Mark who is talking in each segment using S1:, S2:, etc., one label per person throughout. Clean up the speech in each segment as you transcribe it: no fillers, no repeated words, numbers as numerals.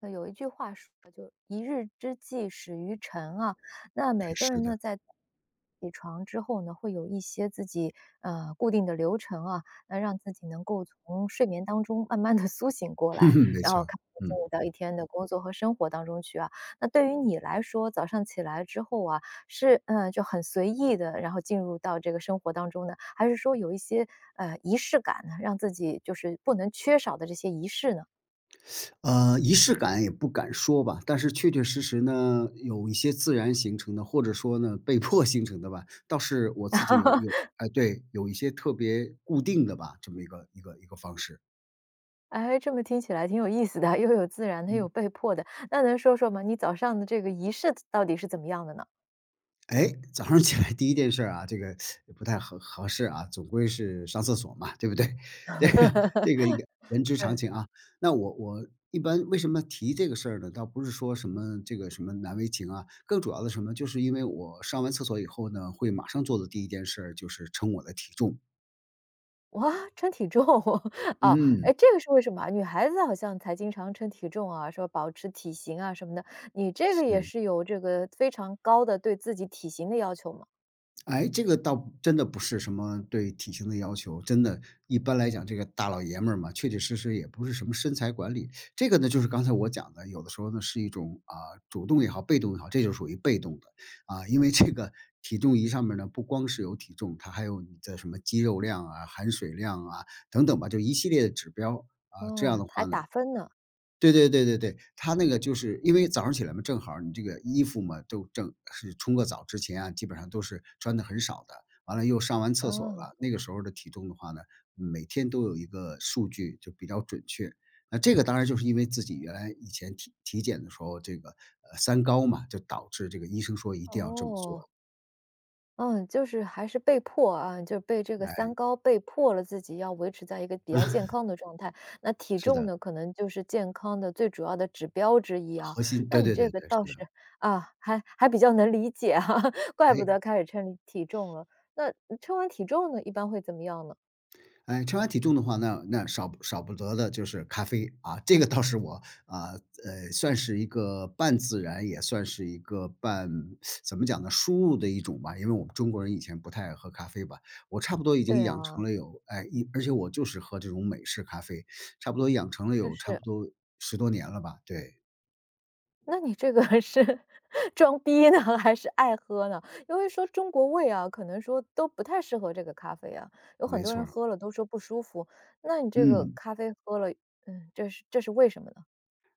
S1: 有一句话说就“一日之计始于晨”啊，那每个
S2: 是
S1: 人
S2: 的，
S1: 呢，在起床之后呢，会有一些自己固定的流程啊，那让自己能够从睡眠当中慢慢的 苏醒过来，
S2: 没
S1: 然
S2: 错
S1: 后
S2: 儿
S1: 开始进
S2: 嗯。
S1: 入到一天的工作和生活当中去啊。那对于你来说，早上起来之后啊，是就很随意的，然后进入到这个生活当中呢，还是说有一些仪式感呢，让自己就是不能缺少的这些仪式呢？
S2: 呃，仪式感也不敢说吧，但是确确实实呢，有一些自然形成的，或者说呢，被迫 形成的吧，倒是我自己有 有哎，对，有一些特别固定的吧，这么一个方式，
S1: 哎，这么听起来挺有意思的，又有自然的，又有
S2: 嗯。
S1: 被迫的。那能说说吗？你早上的这个仪式到底是怎么样的呢？
S2: 哎，早上起来第一件事儿啊，这个也不太合适啊，总归是上厕所嘛，对不对？这个这个应该人之常
S1: 对。
S2: 情啊。那我一般为什么提这个事儿呢？倒不是说什么这个什么难为情啊，更主要的什么，就是因为我上完厕所以后呢，会马上做的第一件事儿就是称我的体重。
S1: 哇，称体重 哦，哎，
S2: 嗯，
S1: 这个是为什么啊？女孩子好像才经常称体重啊，说保持体型啊什么的，你这个也
S2: 是。
S1: 是有这个非常高的对自己体型的要求吗？
S2: 哎，这个倒真的不是什么对体型的要求，真的，一般来讲，这个大老爷们儿嘛，确确实实也不是什么身材管理。这个呢，就是刚才我讲的，有的时候呢是一种啊、主动也好，被动也好，这就属于被动的啊、因为这个体重仪上面呢，不光是有体重，它还有你的什么肌肉量啊、含水量啊等等吧，就一系列的指标啊、这样
S1: 哦，
S2: 的
S1: 还
S2: 话呢，
S1: 打分呢，
S2: 对对对对对，他那个就是因为早上起来嘛，正好儿你这个衣服嘛，都正是冲个澡之前啊，基本上都是穿的很少的。完了又上完厕所
S1: 哦，
S2: 了，那个时候的体重的话呢，每天都有一个数据就比较准确。那这个当然就是因为自己原来以前体检的时候，这个，三高嘛，就导致这个医生说一定要这么做。
S1: 哦。嗯，就是还是被迫啊，就被这个三
S2: 哎，
S1: 高被迫了自己要维持在一个比较健康的状态。那体
S2: 是
S1: 重
S2: 的，
S1: 呢，可能就是健康的最主要的指标之一啊。
S2: 核心
S1: 那
S2: 对
S1: 你
S2: 对
S1: 这
S2: 对
S1: 个
S2: 对，是
S1: 倒是
S2: 的，
S1: 啊，还比较能理解啊，怪不得
S2: 哎。
S1: 开始称体重了。那称完体重呢，一般会怎么样呢？
S2: 哎，称完体重的话，那少不得的就是咖啡啊，这个倒是我啊，算是一个半自然，也算是一个半怎么讲呢，输入的一种吧。因为我们中国人以前不太爱喝咖啡吧，我差不多已经
S1: 对
S2: 养
S1: 啊，
S2: 成了有哎一，而且我就是喝这种美式咖啡，差不多养成了
S1: 就
S2: 有差
S1: 是
S2: 不多10多年了吧。对，
S1: 那你这个是 装逼呢，还是爱喝呢？因为说中国胃啊，可能说都不太适合这个咖啡啊，有很
S2: 没
S1: 多
S2: 错
S1: 人
S2: 儿，
S1: 喝了都说不舒服。那你这个
S2: 嗯。
S1: 咖啡喝了，嗯，这是为什么呢？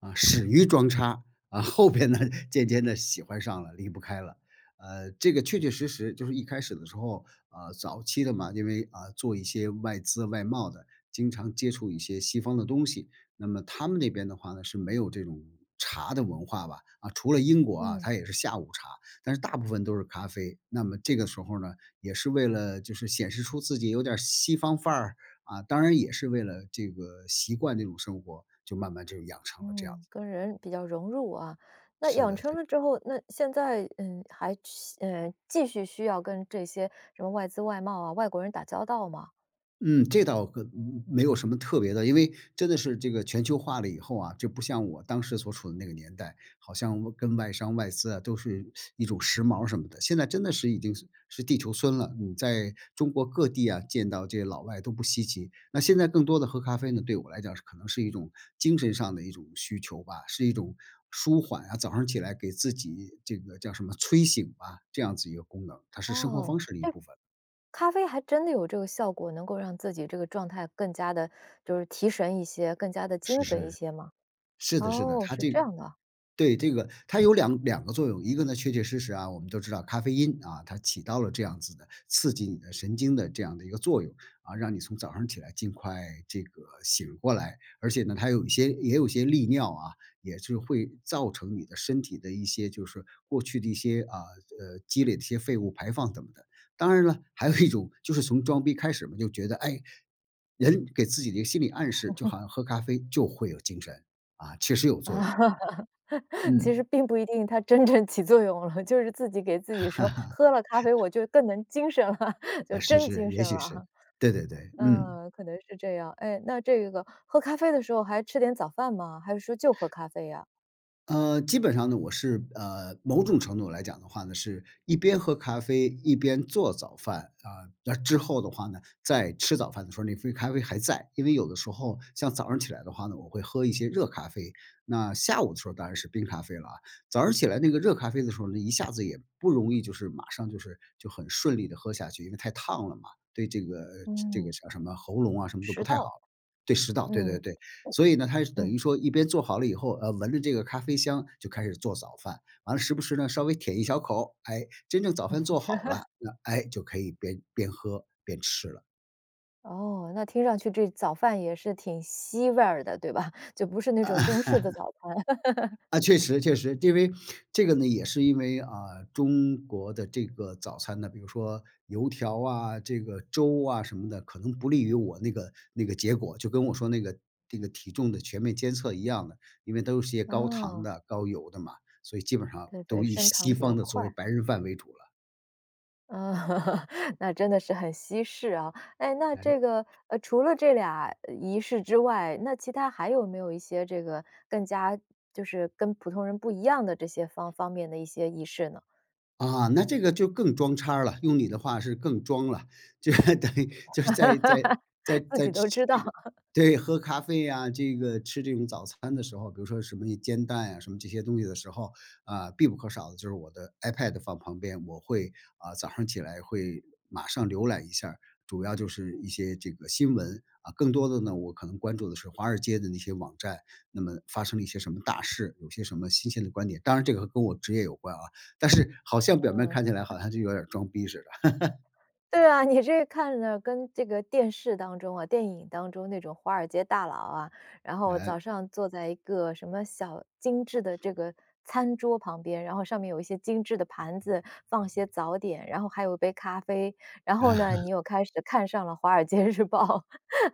S2: 啊，始于装叉啊，后边呢渐渐的喜欢上了，离不开了。这个确确实实就是一开始的时候，早期的嘛，因为啊做一些外资外贸的，经常接触一些西方的东西，那么他们那边的话呢是没有这种茶的文化吧，啊，除了英国啊，
S1: 嗯
S2: 它也是下午茶，但是大部分都是咖啡。那么这个时候呢，也是为了就是显示出自己有点儿西方范儿，啊，当然也是为了这个习惯这种生活，就慢慢就养成了这样
S1: 嗯，
S2: 子。
S1: 跟人比较融入啊。那
S2: 是
S1: 养
S2: 的
S1: 成
S2: 是
S1: 了
S2: 的。
S1: 之后，那现在还去继续需要跟这些什么外资外贸啊、外国人打交道吗？
S2: 嗯，这倒个嗯没有什么特别的，因为真的是这个全球化了以后啊，就不像我当时所处的那个年代，好像我跟外商外资啊都是一种时髦什么的。现在真的是已经是地球村了，你在中国各地啊见到这些老外都不稀奇。那现在更多的喝咖啡呢，对我来讲是可能是一种精神上的一种需求吧，是一种舒缓啊，早上起来给自己这个叫什么催醒吧，这样子一个功能，它是生活
S1: 哦，
S2: 方式的一
S1: 这
S2: 部分。
S1: 咖啡还真的有这个效果，能够让自己这个状态更加的，就是提神一些，更加的
S2: 是
S1: 精神一
S2: 是。
S1: 些吗？
S2: 是的，是的，
S1: 哦，
S2: 它
S1: 是
S2: 这
S1: 这样的。
S2: 对，这个它有两个作用，一个呢，确确实实啊，我们都知道咖啡因啊，它起到了这样子的刺激你的神经的这样的一个作用啊，让你从早上起来尽快这个醒过来，而且呢，它有一些利尿啊，也是会造成你的身体的一些就是过去的一些啊积累的一些废物排放等的。当然了，还有一种就是从装逼开始嘛，就觉得哎，人给自己的一个心理暗示，就好像喝咖啡就会有精神。啊，确实有作用，
S1: 啊，其实
S2: 嗯，
S1: 并不一定它真正起作用了，就是自己给自己说，喝了咖啡我就更能精神了，就
S2: 是
S1: 真
S2: 是，
S1: 精
S2: 也
S1: 神
S2: 许
S1: 了
S2: 是，
S1: 啊。
S2: 对对对，嗯。
S1: 嗯，可能是这样。哎，那这个喝咖啡的时候还吃点早饭吗？还是说就喝咖啡呀？
S2: 基本上呢，我是某种程度来讲的话呢，是一边喝咖啡一边做早饭啊。那之后的话呢，在吃早饭的时候，那杯咖啡还在，因为有的时候像早上起来的话呢，我会喝一些热咖啡。那下午的时候当然是冰咖啡了啊。早上起来那个热咖啡的时候呢，一下子也不容易，就是马上就是就很顺利的喝下去，因为太烫了嘛，对这个这个
S1: 嗯，
S2: 叫什么喉咙啊，什么都
S1: 食
S2: 不太
S1: 道，
S2: 好。对，食道，对对
S1: 嗯，
S2: 对。所以呢，他是等
S1: 嗯。
S2: 于说一边做好了以后，闻着这个咖啡香就开始做早饭，完了时不时呢稍微舔一小口，哎，真正早饭做好了，那哎就可以边喝边吃了。
S1: 哦，那听上去这早饭也是挺西味儿的，对吧？就不是那种中式的早餐。
S2: 啊，确实确实，因为这个呢，也是因为啊，中国的这个早餐呢，比如说油条啊，这个粥啊什么的，可能不利于我那个结果，就跟我说那个这个体重的全面监测一样的，因为都是些高糖
S1: 哦，
S2: 的、高油的嘛，所以基本上
S1: 对对，
S2: 都以
S1: 升糖
S2: 西
S1: 比较
S2: 方的作为
S1: 快。
S2: 白人饭为主了，
S1: 嗯，那真的是很西式啊。哎，那这
S2: 哎。
S1: 个，除了这俩仪式之外，那其他还有没有一些这个更加就是跟普通人不一样的这些方方面的一些仪式呢？
S2: 啊，那这个就更装叉儿了，用你的话是更装了，就 等于就是在在 在
S1: 自
S2: 在
S1: 己
S2: 吃
S1: 都知道。
S2: 这 个对，喝咖啡呀，这个吃这种早餐的时候，比如说什么煎蛋呀，什么这些东西的时候，啊，必不可少的就是我的 iPad 放旁边，我会啊，早上起来会马上浏览一下儿，主要就是一些这个新闻啊，更多的呢，我可能关注的是华尔街的那些网站，那么发生了一些什么大事，有些什么新鲜的观点，当然这个跟我职业有关啊。但是好像表面看起
S1: 嗯。
S2: 来好像就有点儿装逼似
S1: 对啊，你这看着跟这个电视当中啊、电影当中那种华尔街大佬啊，然
S2: 的，
S1: 后
S2: 哎，
S1: 早上坐在一个什么小精致的这个餐桌旁边，然后上面有一些精致的盘子，放些早点，然后还有一杯咖啡，然后呢，
S2: 啊，
S1: 你又开始看上了《华尔街日报》啊，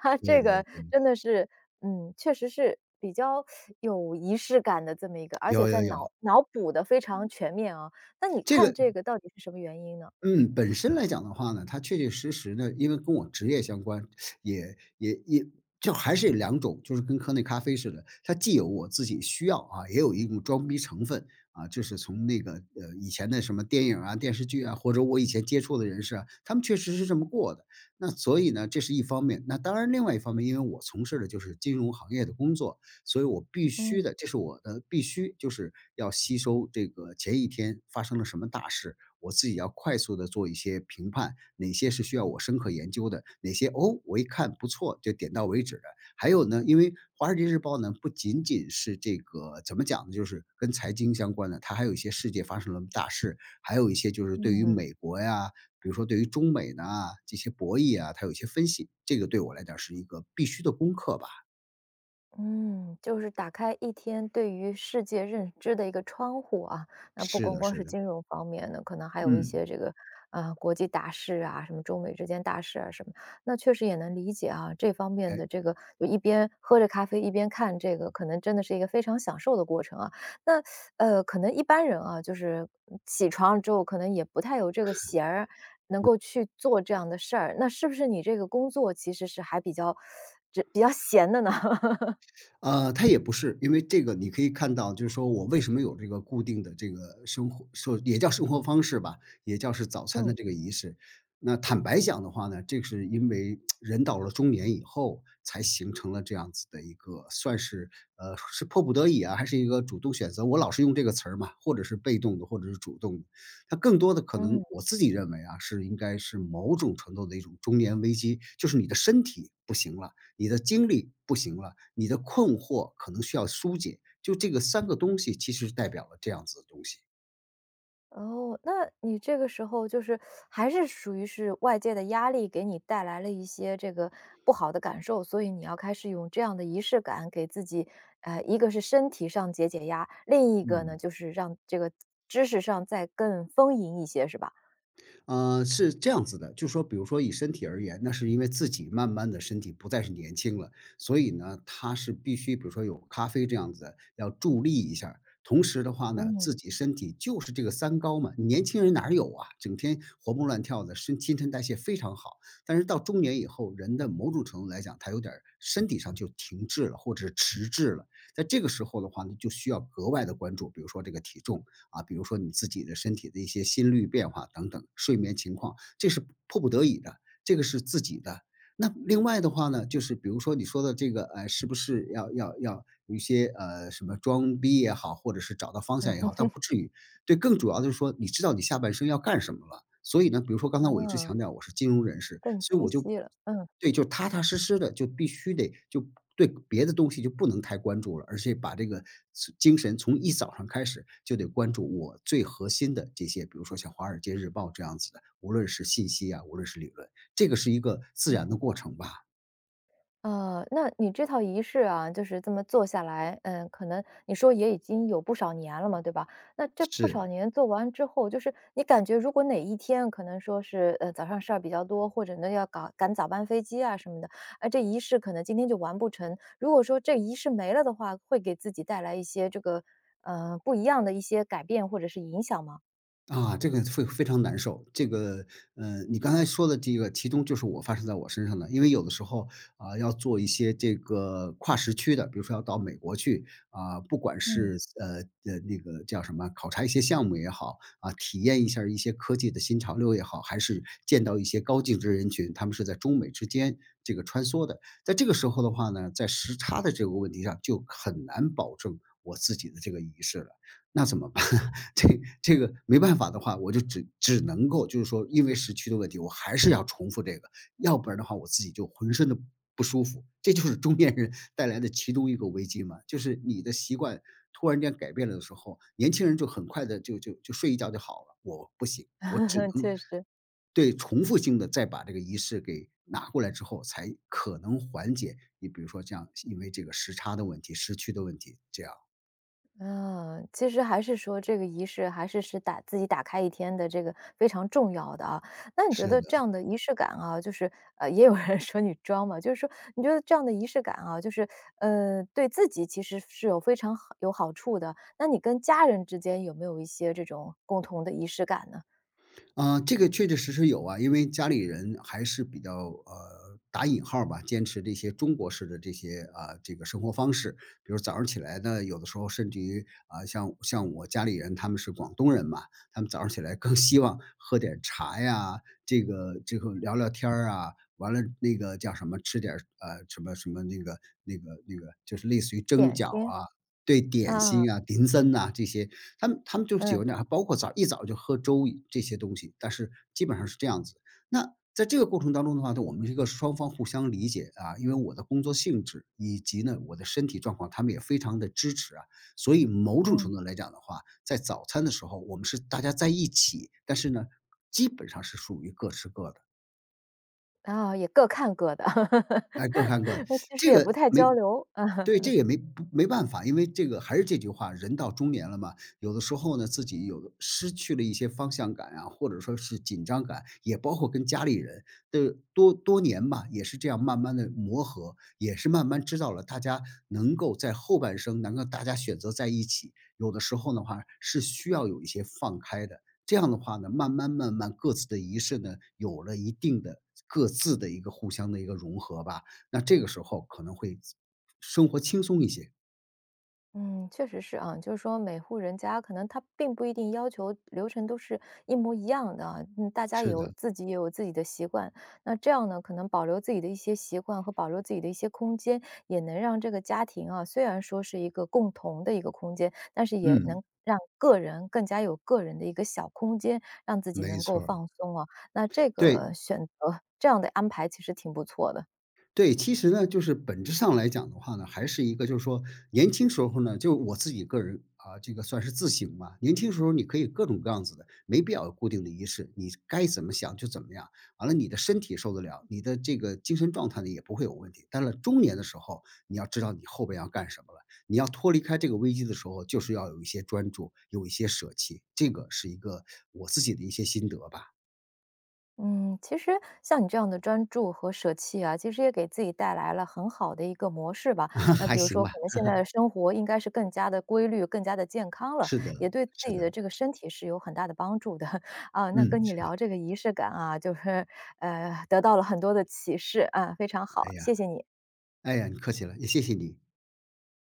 S1: 它
S2: 对
S1: 这个
S2: 对对，
S1: 真的是，嗯，确实是比较有仪式感的这么一个，而且
S2: 有
S1: 在
S2: 有有，
S1: 脑补的非常全面啊。那你
S2: 这
S1: 看
S2: 个
S1: 这个到底是什么原因呢？
S2: 嗯，本身来讲的话呢，它确确实实呢，因为跟我职业相关，也也也就还是有两种，就是跟喝那咖啡似的，它既有我自己需要啊，也有一种装逼成分啊。就是从那个以前的什么电影啊、电视剧啊，或者我以前接触的人士啊，他们确实是这么过的。那所以呢，这是一方面。那当然，另外一方面，因为我从事的就是金融行业的工作，所以我必须
S1: 嗯。
S2: 的，这是我的必须，就是要吸收这个前一天发生了什么大事。我自己要快速的做一些评判，哪些是需要我深刻研究的，哪些哦，我一看不错就点到为止的。还有呢，因为《华尔街日报》呢，不仅仅是这个怎么讲呢，就是跟财经相关的，它还有一些世界发生了大事，还有一些就是对于
S1: 嗯。
S2: 美国呀，比如说对于中美呢啊这些博弈啊，它有一些分析，这个对我来讲是一个必须的功课吧。
S1: 嗯，就是打开一天对于世界认知的一个窗户啊。那不
S2: 是
S1: 光
S2: 的，
S1: 光
S2: 是
S1: 是
S2: 的，
S1: 金融方面呢，可能还有一
S2: 嗯，
S1: 些这个啊、国际大事啊，什么中美之间大事啊什么。那确实也能理解啊，这方面
S2: 哎。
S1: 的这个就一边喝着咖啡一边看这个，可能真的是一个非常享受的过程啊。那可能一般人啊，就是起床了之后，可能也不太有这个闲儿。能够去做这样的事儿，那是不是你这个工作其实是还比较，这比较闲的呢？
S2: 呃，它也不是，因为这个你可以看到，就是说我为什么有这个固定的这个生活，说也叫生活方式吧，也叫是早餐的
S1: 嗯，
S2: 这个仪式。那坦白讲的话呢，这是因为人到了中年以后才形成了这样子的一个，算是迫不得已啊，还是一个主动选择？我老是用这个词儿嘛，或者是被动的，或者是主动的。它更多的可能
S1: 嗯，
S2: 我自己认为啊，是应该是某种程度的一种中年危机，就是你的身体不行了。你的精力不行了，你的困惑可能需要疏解，就这个三个东西其实代表了这样子的东西。
S1: 哦，那你这个时候就是还是属于是外界的压力给你带来了一些这个不好的感受，所以你要开始用这样的仪式感给自己，一个是身体上解解压，另一个呢
S2: 嗯。
S1: 就是让这个知识上再更丰盈一些，是吧？
S2: 是这样子的，就说比如说以身体而言，那是因为自己慢慢的身体不再是年轻了，所以呢，他是必须比如说有咖啡这样子要助力一下儿，同时的话呢，
S1: 嗯，
S2: 自己身体就是这个三高嘛，年轻人哪儿有啊？整天活蹦乱跳的，身新陈代谢非常好。但是到中年以后，人的某种程度来讲，他有点儿身体上就停滞了，或者是迟滞了。在这个时候的话呢，就需要格外的关注，比如说这个体重。啊，比如说你自己的身体的一些心率变化等等，睡眠情况，这是迫不得已的，这个是自己的。那另外的话呢，就是比如说你说的这个，是不是要有一些什么装逼也好，或者是找到方向也好，倒不至于。对，更主要的是说你知道你下半生要干什么了。所以呢，比如说刚才我一直
S1: 啊，
S2: 强调我是金融人士，
S1: 更
S2: 所以
S1: 清
S2: 我就
S1: 晰了，嗯。
S2: 对，就踏踏实实的，就必须得就对别的东西就不能太关注了，而且把这个从精神从一早上开始就得关注我最核心的这些，比如说像《华尔街日报》这样子的，无论是信息啊，无论是理论，这个是一个自然的过程吧。
S1: 那你这套仪式啊，就是这么做下来，嗯，可能你说也已经有不少年了嘛，对吧？那这不少
S2: 是。
S1: 年做完之后，就是你感觉如果哪一天可能说是早上事儿比较多，或者呢要赶赶早班飞机啊什么的，哎，这仪式可能今天就完不成。如果说这仪式没了的话，会给自己带来一些这个不一样的一些改变或者是影响吗？
S2: 啊，这个会非常难受。这个，你刚才说的这个，其中就是我发生在我身上的。因为有的时候啊，要做一些这个跨时区的，比如说要到美国去啊，不管
S1: 嗯，
S2: 是那个叫什么，考察一些项目也好啊，体验一下儿一些科技的新潮流也好，还是见到一些高净值人群，他们是在中美之间这个穿梭的。在这个时候的话呢，在时差的这个问题上，就很难保证我自己的这个仪式了，那怎么办？这这个没办法的话，我就只能够就是说，因为时区的问题，我还是要重复这个，要不然的话，我自己就浑身的不舒服。这就是中年人带来的其中一个危机嘛，就是你的习惯突然间改变了的时候，年轻人就很快的就睡一觉就好了，我不行，我只能
S1: 确实，
S2: 对重复性的再把这个仪式给拿过来之后，才可能缓解。你比如说这样，因为这个时差的问题、时区的问题，这样
S1: 嗯，其实还是说这个仪式还是是打自己打开一天的这个非常重要的啊。那你觉
S2: 是
S1: 得
S2: 的。
S1: 这样的仪式感啊，就是也有人 说你装嘛，就是说你觉得这样的仪式感啊，就是对自己其实是有非常好有好处的。那你跟家人之间有没有一些这种共同的仪式感呢？
S2: 啊，这个确确实实有啊，因为家里人还是比较打引号儿吧，坚持这些中国式的这些啊、这个生活方式，比如早上起来呢，有的时候甚至于啊、像我家里人他们是广东人嘛，他们早上起来更希望喝点茶呀，这个聊聊天儿啊，完了那个叫什么吃点儿呃什么什么那个那个那个就是类似于蒸
S1: 点
S2: 饺
S1: 心
S2: 啊，对点
S1: 啊，
S2: 心啊、点心呐、这些他们就喜
S1: 嗯
S2: 欢这样，包括早一早就喝粥这些东西，但是基本上是这样子。那在这个过程当中的话呢，我们这个双方互相理解啊，因为我的工作性质以及呢我的身体状况，他们也非常的支持啊，所以某种程
S1: 嗯，
S2: 度来讲的话，在早餐的时候我们是大家在一起，但是呢，基本上是属于各吃各的。
S1: 啊，也各看各的，
S2: 哎，各看各的，
S1: 其实
S2: 这
S1: 也不
S2: 个
S1: 太
S2: 没
S1: 交流，啊。
S2: 对，这也没不没办法，因为这个还是这句话，人到中年了嘛，有的时候呢，自己有的失去了一些方向感啊，或者说是紧张感，也包括跟家里人的多多年吧，也是这样慢慢的磨合，也是慢慢知道了大家能够在后半生能够大家选择在一起，有的时候的话是需要有一些放开的。这样的话呢，慢慢慢慢各自的仪式呢，有了一定的各自的一个互相的一个融合吧。那这个时候可能会生活轻松一些，
S1: 嗯，确实是啊，就是说每户人家可能他并不一定要求流程都是一模一样的啊，嗯，大家也
S2: 是
S1: 有
S2: 的，
S1: 自己也有自己的习惯，那这样呢，可能保留自己的一些习惯和保留自己的一些空间，也能让这个家庭啊，虽然说是一个共同的一个空间，但是也
S2: 嗯，
S1: 能让个人更加有个人的一个小空间，让自己
S2: 没
S1: 能够
S2: 错儿
S1: 放松啊。那这
S2: 对。
S1: 个选择这样的安排其实挺不错的。
S2: 对，其实呢，就是本质上来讲的话呢，还是一个就是说年轻时候呢，就我自己个人啊，这个算是自省吧。年轻时候你可以各种各样子的，没必要有固定的仪式，你该怎么想就怎么样。完了，你的身体受得了，你的这个精神状态呢也不会有问题。到了中年的时候，你要知道你后边要干什么了，你要脱离开这个危机的时候，就是要有一些专注，有一些舍弃。这个是一个我自己的一些心得吧。
S1: 嗯，其实像你这样的专注和舍弃啊，其实也给自己带来了很好的一个模式吧。
S2: 那
S1: 那
S2: 还
S1: 比如
S2: 行
S1: 说，
S2: 吧。
S1: 可能现在的生活应该是更加的规律、更加的健康了，
S2: 是
S1: 也
S2: 的，
S1: 对自
S2: 是
S1: 己的
S2: 的，
S1: 这个身体是有很大的帮助的。啊，那
S2: 嗯，
S1: 跟你
S2: 是的，
S1: 聊这个仪式感啊，就是得到了很多的启示啊，非常
S2: 哎
S1: 好，
S2: 呀。
S1: 谢谢你。
S2: 哎呀，你客气了，也谢谢你。